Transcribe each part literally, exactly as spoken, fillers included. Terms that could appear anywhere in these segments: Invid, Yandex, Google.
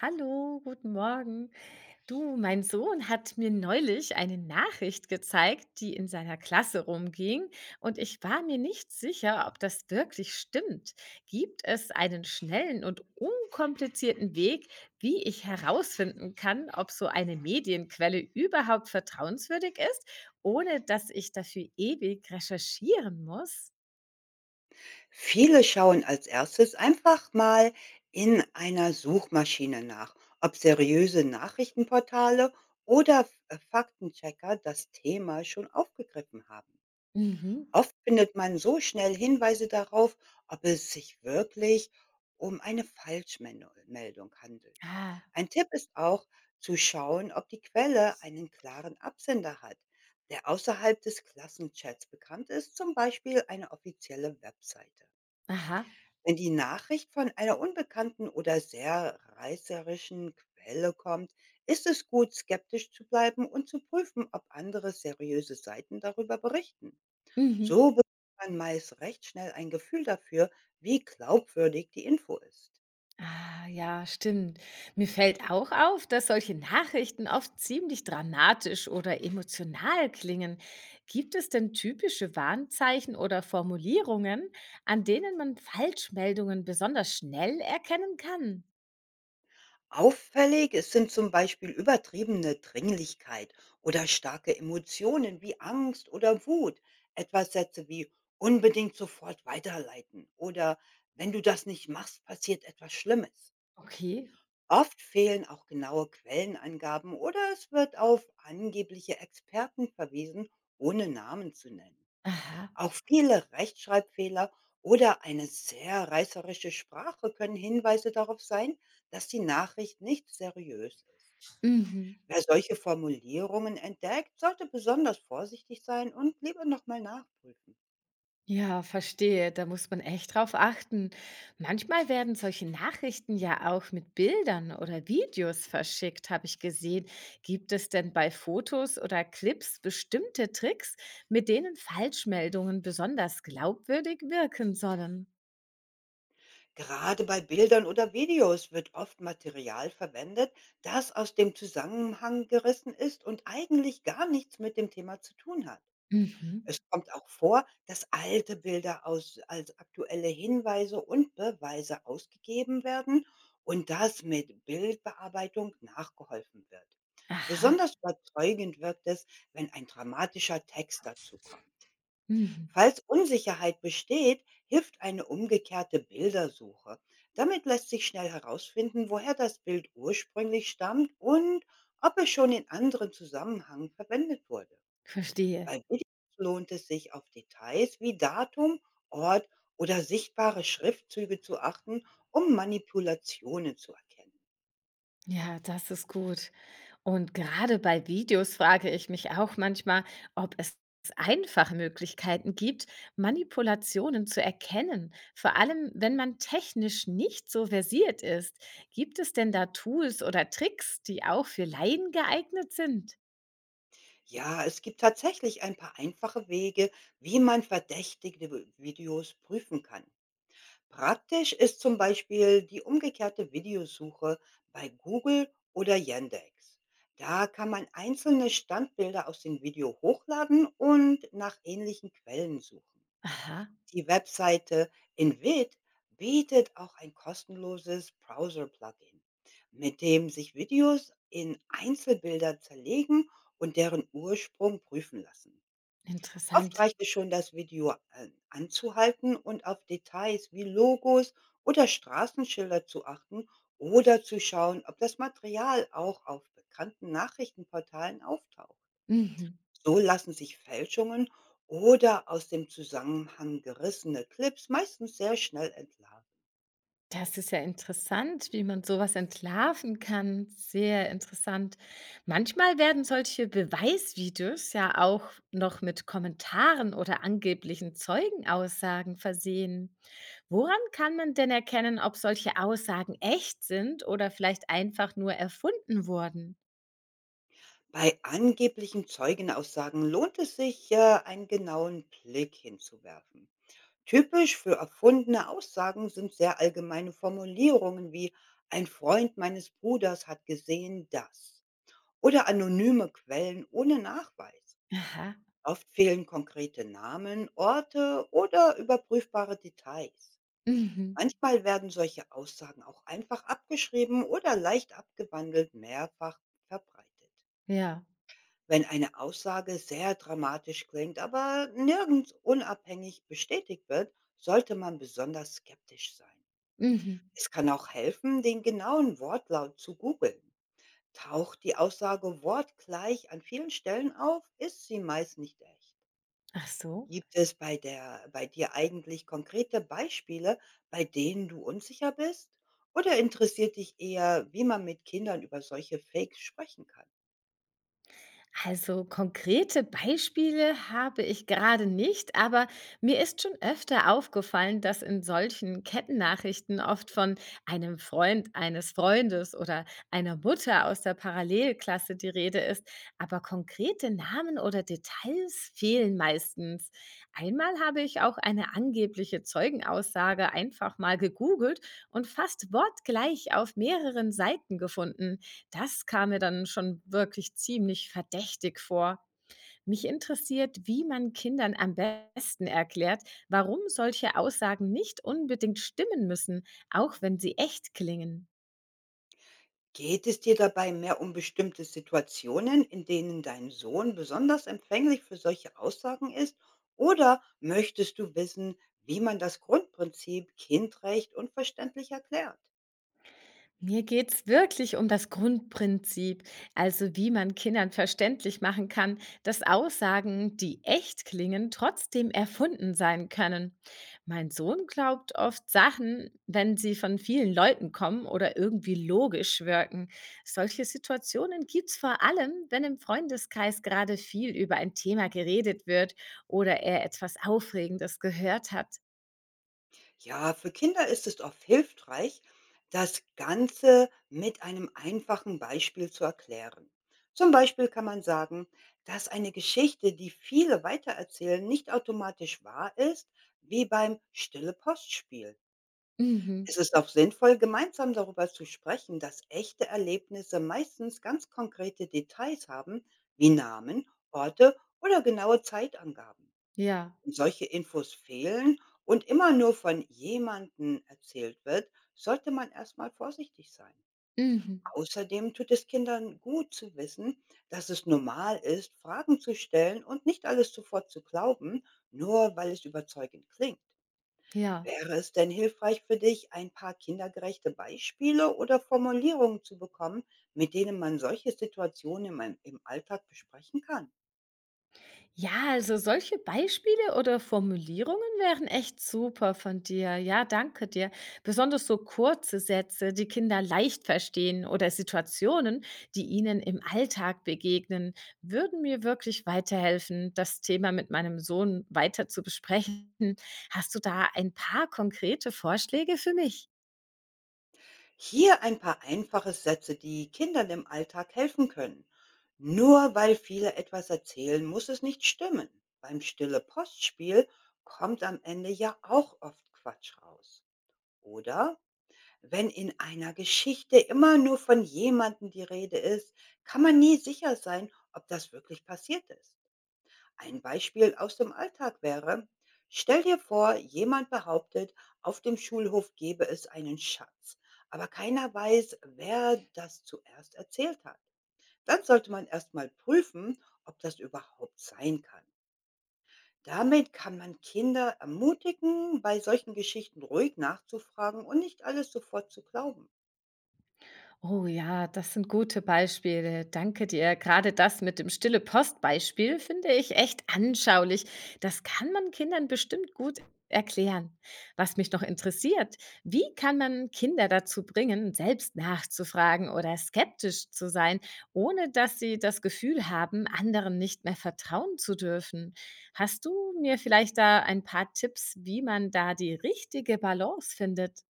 Hallo, guten Morgen. Du, mein Sohn hat mir neulich eine Nachricht gezeigt, die in seiner Klasse rumging, und ich war mir nicht sicher, ob das wirklich stimmt. Gibt es einen schnellen und unkomplizierten Weg, wie ich herausfinden kann, ob so eine Medienquelle überhaupt vertrauenswürdig ist, ohne dass ich dafür ewig recherchieren muss? Viele schauen als Erstes einfach mal in einer Suchmaschine nach, ob seriöse Nachrichtenportale oder äh, Faktenchecker das Thema schon aufgegriffen haben. Mhm. Oft findet man so schnell Hinweise darauf, ob es sich wirklich um eine Falschmeldung handelt. Ah, Ein Tipp ist auch zu schauen, ob die Quelle einen klaren Absender hat, der außerhalb des Klassenchats bekannt ist, zum Beispiel eine offizielle Webseite. aha. Wenn die Nachricht von einer unbekannten oder sehr reißerischen Quelle kommt, ist es gut, skeptisch zu bleiben und zu prüfen, ob andere seriöse Seiten darüber berichten. Mhm. So bekommt man meist recht schnell ein Gefühl dafür, wie glaubwürdig die Info ist. Ah, ja, stimmt. Mir fällt auch auf, dass solche Nachrichten oft ziemlich dramatisch oder emotional klingen. Gibt es denn typische Warnzeichen oder Formulierungen, an denen man Falschmeldungen besonders schnell erkennen kann? Auffällig es sind zum Beispiel übertriebene Dringlichkeit oder starke Emotionen wie Angst oder Wut. Etwa Sätze wie unbedingt sofort weiterleiten oder wenn du das nicht machst, passiert etwas Schlimmes. Okay. Oft fehlen auch genaue Quellenangaben oder es wird auf angebliche Experten verwiesen, ohne Namen zu nennen. Aha. Auch viele Rechtschreibfehler oder eine sehr reißerische Sprache können Hinweise darauf sein, dass die Nachricht nicht seriös ist. Mhm. Wer solche Formulierungen entdeckt, sollte besonders vorsichtig sein und lieber nochmal nachprüfen. Ja, verstehe. Da muss man echt drauf achten. Manchmal werden solche Nachrichten ja auch mit Bildern oder Videos verschickt, habe ich gesehen. Gibt es denn bei Fotos oder Clips bestimmte Tricks, mit denen Falschmeldungen besonders glaubwürdig wirken sollen? Gerade bei Bildern oder Videos wird oft Material verwendet, das aus dem Zusammenhang gerissen ist und eigentlich gar nichts mit dem Thema zu tun hat. Mhm. Es kommt auch vor, dass alte Bilder aus als aktuelle Hinweise und Beweise ausgegeben werden und dass mit Bildbearbeitung nachgeholfen wird. Aha. Besonders überzeugend wirkt es, wenn ein dramatischer Text dazu kommt. Mhm. Falls Unsicherheit besteht, hilft eine umgekehrte Bildersuche. Damit lässt sich schnell herausfinden, woher das Bild ursprünglich stammt und ob es schon in anderen Zusammenhängen verwendet wurde. Verstehe. Bei Videos lohnt es sich, auf Details wie Datum, Ort oder sichtbare Schriftzüge zu achten, um Manipulationen zu erkennen. Ja, das ist gut. Und gerade bei Videos frage ich mich auch manchmal, ob es einfache Möglichkeiten gibt, Manipulationen zu erkennen, vor allem wenn man technisch nicht so versiert ist. Gibt es denn da Tools oder Tricks, die auch für Laien geeignet sind? Ja, es gibt tatsächlich ein paar einfache Wege, wie man verdächtigte Vi- Videos prüfen kann. Praktisch ist zum Beispiel die umgekehrte Videosuche bei Google oder Yandex. Da kann man einzelne Standbilder aus dem Video hochladen und nach ähnlichen Quellen suchen. Aha, Die Webseite Invid bietet auch ein kostenloses Browser-Plugin, mit dem sich Videos in Einzelbilder zerlegen und deren Ursprung prüfen lassen. Oft interessant. reicht es schon, das Video an- anzuhalten und auf Details wie Logos oder Straßenschilder zu achten oder zu schauen, ob das Material auch auf bekannten Nachrichtenportalen auftaucht. Mhm. So lassen sich Fälschungen oder aus dem Zusammenhang gerissene Clips meistens sehr schnell entlarven. Das ist ja interessant, wie man sowas entlarven kann. Sehr interessant. Manchmal werden solche Beweisvideos ja auch noch mit Kommentaren oder angeblichen Zeugenaussagen versehen. Woran kann man denn erkennen, ob solche Aussagen echt sind oder vielleicht einfach nur erfunden wurden? Bei angeblichen Zeugenaussagen lohnt es sich, äh, einen genauen Blick hinzuwerfen. Typisch für erfundene Aussagen sind sehr allgemeine Formulierungen wie ein Freund meines Bruders hat gesehen das oder anonyme Quellen ohne Nachweis. Aha. Oft fehlen konkrete Namen, Orte oder überprüfbare Details. Mhm. Manchmal werden solche Aussagen auch einfach abgeschrieben oder leicht abgewandelt mehrfach verbreitet. Ja. Wenn eine Aussage sehr dramatisch klingt, aber nirgends unabhängig bestätigt wird, sollte man besonders skeptisch sein. Mhm. Es kann auch helfen, den genauen Wortlaut zu googeln. Taucht die Aussage wortgleich an vielen Stellen auf, ist sie meist nicht echt. Ach so. Gibt es bei der bei dir eigentlich konkrete Beispiele, bei denen du unsicher bist? Oder interessiert dich eher, wie man mit Kindern über solche Fakes sprechen kann? Also konkrete Beispiele habe ich gerade nicht, aber mir ist schon öfter aufgefallen, dass in solchen Kettennachrichten oft von einem Freund, eines Freundes oder einer Mutter aus der Parallelklasse die Rede ist, aber konkrete Namen oder Details fehlen meistens. Einmal habe ich auch eine angebliche Zeugenaussage einfach mal gegoogelt und fast wortgleich auf mehreren Seiten gefunden. Das kam mir dann schon wirklich ziemlich verdächtig vor. Mich interessiert, wie man Kindern am besten erklärt, warum solche Aussagen nicht unbedingt stimmen müssen, auch wenn sie echt klingen. Geht es dir dabei mehr um bestimmte Situationen, in denen dein Sohn besonders empfänglich für solche Aussagen ist? Oder möchtest du wissen, wie man das Grundprinzip Kindrecht unverständlich erklärt? Mir geht's wirklich um das Grundprinzip, also wie man Kindern verständlich machen kann, dass Aussagen, die echt klingen, trotzdem erfunden sein können. Mein Sohn glaubt oft Sachen, wenn sie von vielen Leuten kommen oder irgendwie logisch wirken. Solche Situationen gibt's vor allem, wenn im Freundeskreis gerade viel über ein Thema geredet wird oder er etwas Aufregendes gehört hat. Ja, für Kinder ist es oft hilfreich, das Ganze mit einem einfachen Beispiel zu erklären. Zum Beispiel kann man sagen, dass eine Geschichte, die viele weitererzählen, nicht automatisch wahr ist, wie beim Stille Postspiel. Mhm. Es ist auch sinnvoll, gemeinsam darüber zu sprechen, dass echte Erlebnisse meistens ganz konkrete Details haben, wie Namen, Orte oder genaue Zeitangaben Ja. solche Infos fehlen und immer nur von jemandem erzählt wird, sollte man erstmal vorsichtig sein. Mhm. Außerdem tut es Kindern gut zu wissen, dass es normal ist, Fragen zu stellen und nicht alles sofort zu glauben, nur weil es überzeugend klingt. Ja. Wäre es denn hilfreich für dich, ein paar kindergerechte Beispiele oder Formulierungen zu bekommen, mit denen man solche Situationen im, im Alltag besprechen kann? Ja, also solche Beispiele oder Formulierungen wären echt super von dir. Ja, danke dir. Besonders so kurze Sätze, die Kinder leicht verstehen oder Situationen, die ihnen im Alltag begegnen, würden mir wirklich weiterhelfen, das Thema mit meinem Sohn weiter zu besprechen. Hast du da ein paar konkrete Vorschläge für mich? Hier ein paar einfache Sätze, die Kindern im Alltag helfen können. Nur weil viele etwas erzählen, muss es nicht stimmen. Beim Stille Postspiel kommt am Ende ja auch oft Quatsch raus. Oder wenn in einer Geschichte immer nur von jemandem die Rede ist, kann man nie sicher sein, ob das wirklich passiert ist. Ein Beispiel aus dem Alltag wäre, stell dir vor, jemand behauptet, auf dem Schulhof gebe es einen Schatz, aber keiner weiß, wer das zuerst erzählt hat. Dann sollte man erstmal prüfen, ob das überhaupt sein kann. Damit kann man Kinder ermutigen, bei solchen Geschichten ruhig nachzufragen und nicht alles sofort zu glauben. Oh ja, das sind gute Beispiele. Danke dir. Gerade das mit dem stille Post-Beispiel finde ich echt anschaulich. Das kann man Kindern bestimmt gut erklären. Was mich noch interessiert, wie kann man Kinder dazu bringen, selbst nachzufragen oder skeptisch zu sein, ohne dass sie das Gefühl haben, anderen nicht mehr vertrauen zu dürfen? Hast du mir vielleicht da ein paar Tipps, wie man da die richtige Balance findet?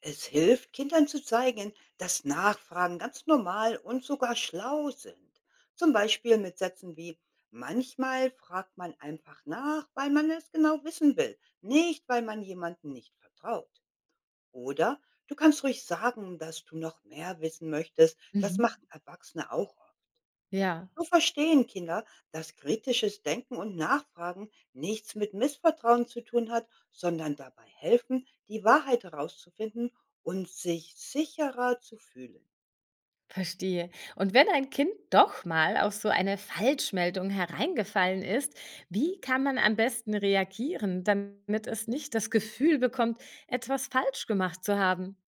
Es hilft, Kindern zu zeigen, dass Nachfragen ganz normal und sogar schlau sind. Zum Beispiel mit Sätzen wie, manchmal fragt man einfach nach, weil man es genau wissen will, nicht weil man jemandem nicht vertraut. Oder du kannst ruhig sagen, dass du noch mehr wissen möchtest. Das Mhm. machen Erwachsene auch Ja. so verstehen Kinder, dass kritisches Denken und Nachfragen nichts mit Missvertrauen zu tun hat, sondern dabei helfen, die Wahrheit herauszufinden und sich sicherer zu fühlen. Verstehe. Und wenn ein Kind doch mal auf so eine Falschmeldung hereingefallen ist, wie kann man am besten reagieren, damit es nicht das Gefühl bekommt, etwas falsch gemacht zu haben?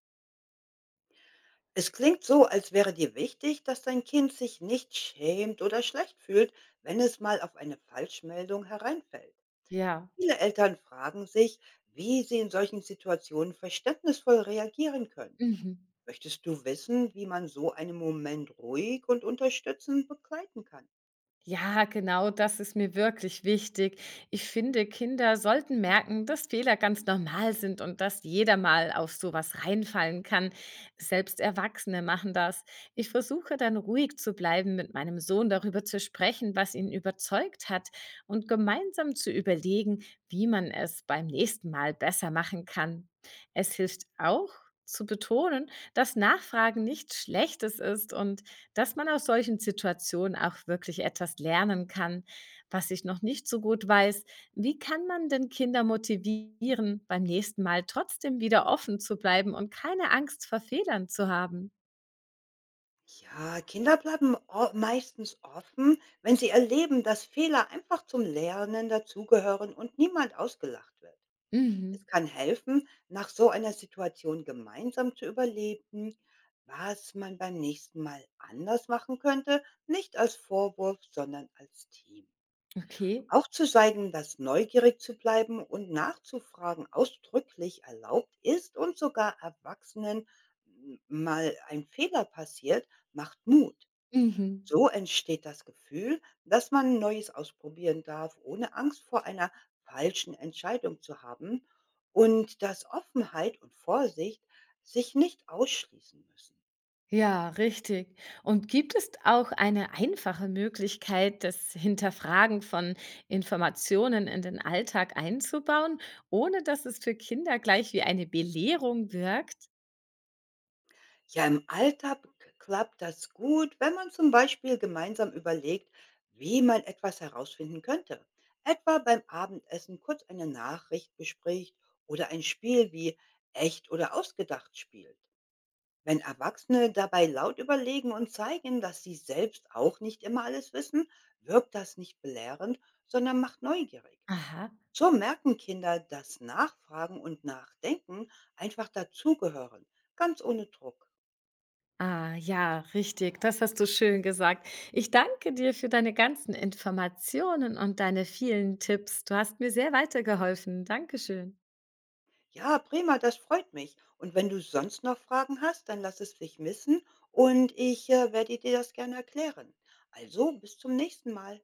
Es klingt so, als wäre dir wichtig, dass dein Kind sich nicht schämt oder schlecht fühlt, wenn es mal auf eine Falschmeldung hereinfällt. Ja. Viele Eltern fragen sich, wie sie in solchen Situationen verständnisvoll reagieren können. Mhm. Möchtest du wissen, wie man so einen Moment ruhig und unterstützend begleiten kann? Ja, genau, das ist mir wirklich wichtig. Ich finde, Kinder sollten merken, dass Fehler ganz normal sind und dass jeder mal auf sowas reinfallen kann. Selbst Erwachsene machen das. Ich versuche dann ruhig zu bleiben, mit meinem Sohn darüber zu sprechen, was ihn überzeugt hat und gemeinsam zu überlegen, wie man es beim nächsten Mal besser machen kann. Es hilft auch zu betonen, dass Nachfragen nichts Schlechtes ist und dass man aus solchen Situationen auch wirklich etwas lernen kann, was ich noch nicht so gut weiß. Wie kann man denn Kinder motivieren, beim nächsten Mal trotzdem wieder offen zu bleiben und keine Angst vor Fehlern zu haben? Ja, Kinder bleiben o- meistens offen, wenn sie erleben, dass Fehler einfach zum Lernen dazugehören und niemand ausgelacht wird. Mhm. Es kann helfen, nach so einer Situation gemeinsam zu überlegen, was man beim nächsten Mal anders machen könnte, nicht als Vorwurf, sondern als Team. Okay. Auch zu zeigen, dass neugierig zu bleiben und nachzufragen ausdrücklich erlaubt ist und sogar Erwachsenen m mal ein Fehler passiert, macht Mut. Mhm. So entsteht das Gefühl, dass man Neues ausprobieren darf, ohne Angst vor einer falschen Entscheidung zu haben und dass Offenheit und Vorsicht sich nicht ausschließen müssen. Ja, richtig. Und gibt es auch eine einfache Möglichkeit, das Hinterfragen von Informationen in den Alltag einzubauen, ohne dass es für Kinder gleich wie eine Belehrung wirkt? Ja, im Alltag klappt das gut, wenn man zum Beispiel gemeinsam überlegt, wie man etwas herausfinden könnte. Etwa beim Abendessen kurz eine Nachricht bespricht oder ein Spiel wie echt oder ausgedacht spielt. Wenn Erwachsene dabei laut überlegen und zeigen, dass sie selbst auch nicht immer alles wissen, wirkt das nicht belehrend, sondern macht neugierig. Aha. So merken Kinder, dass Nachfragen und Nachdenken einfach dazugehören, ganz ohne Druck. Ah, ja, richtig. Das hast du schön gesagt. Ich danke dir für deine ganzen Informationen und deine vielen Tipps. Du hast mir sehr weitergeholfen. Dankeschön. Ja, prima, das freut mich. Und wenn du sonst noch Fragen hast, dann lass es dich wissen und ich äh, werde dir das gerne erklären. Also, bis zum nächsten Mal.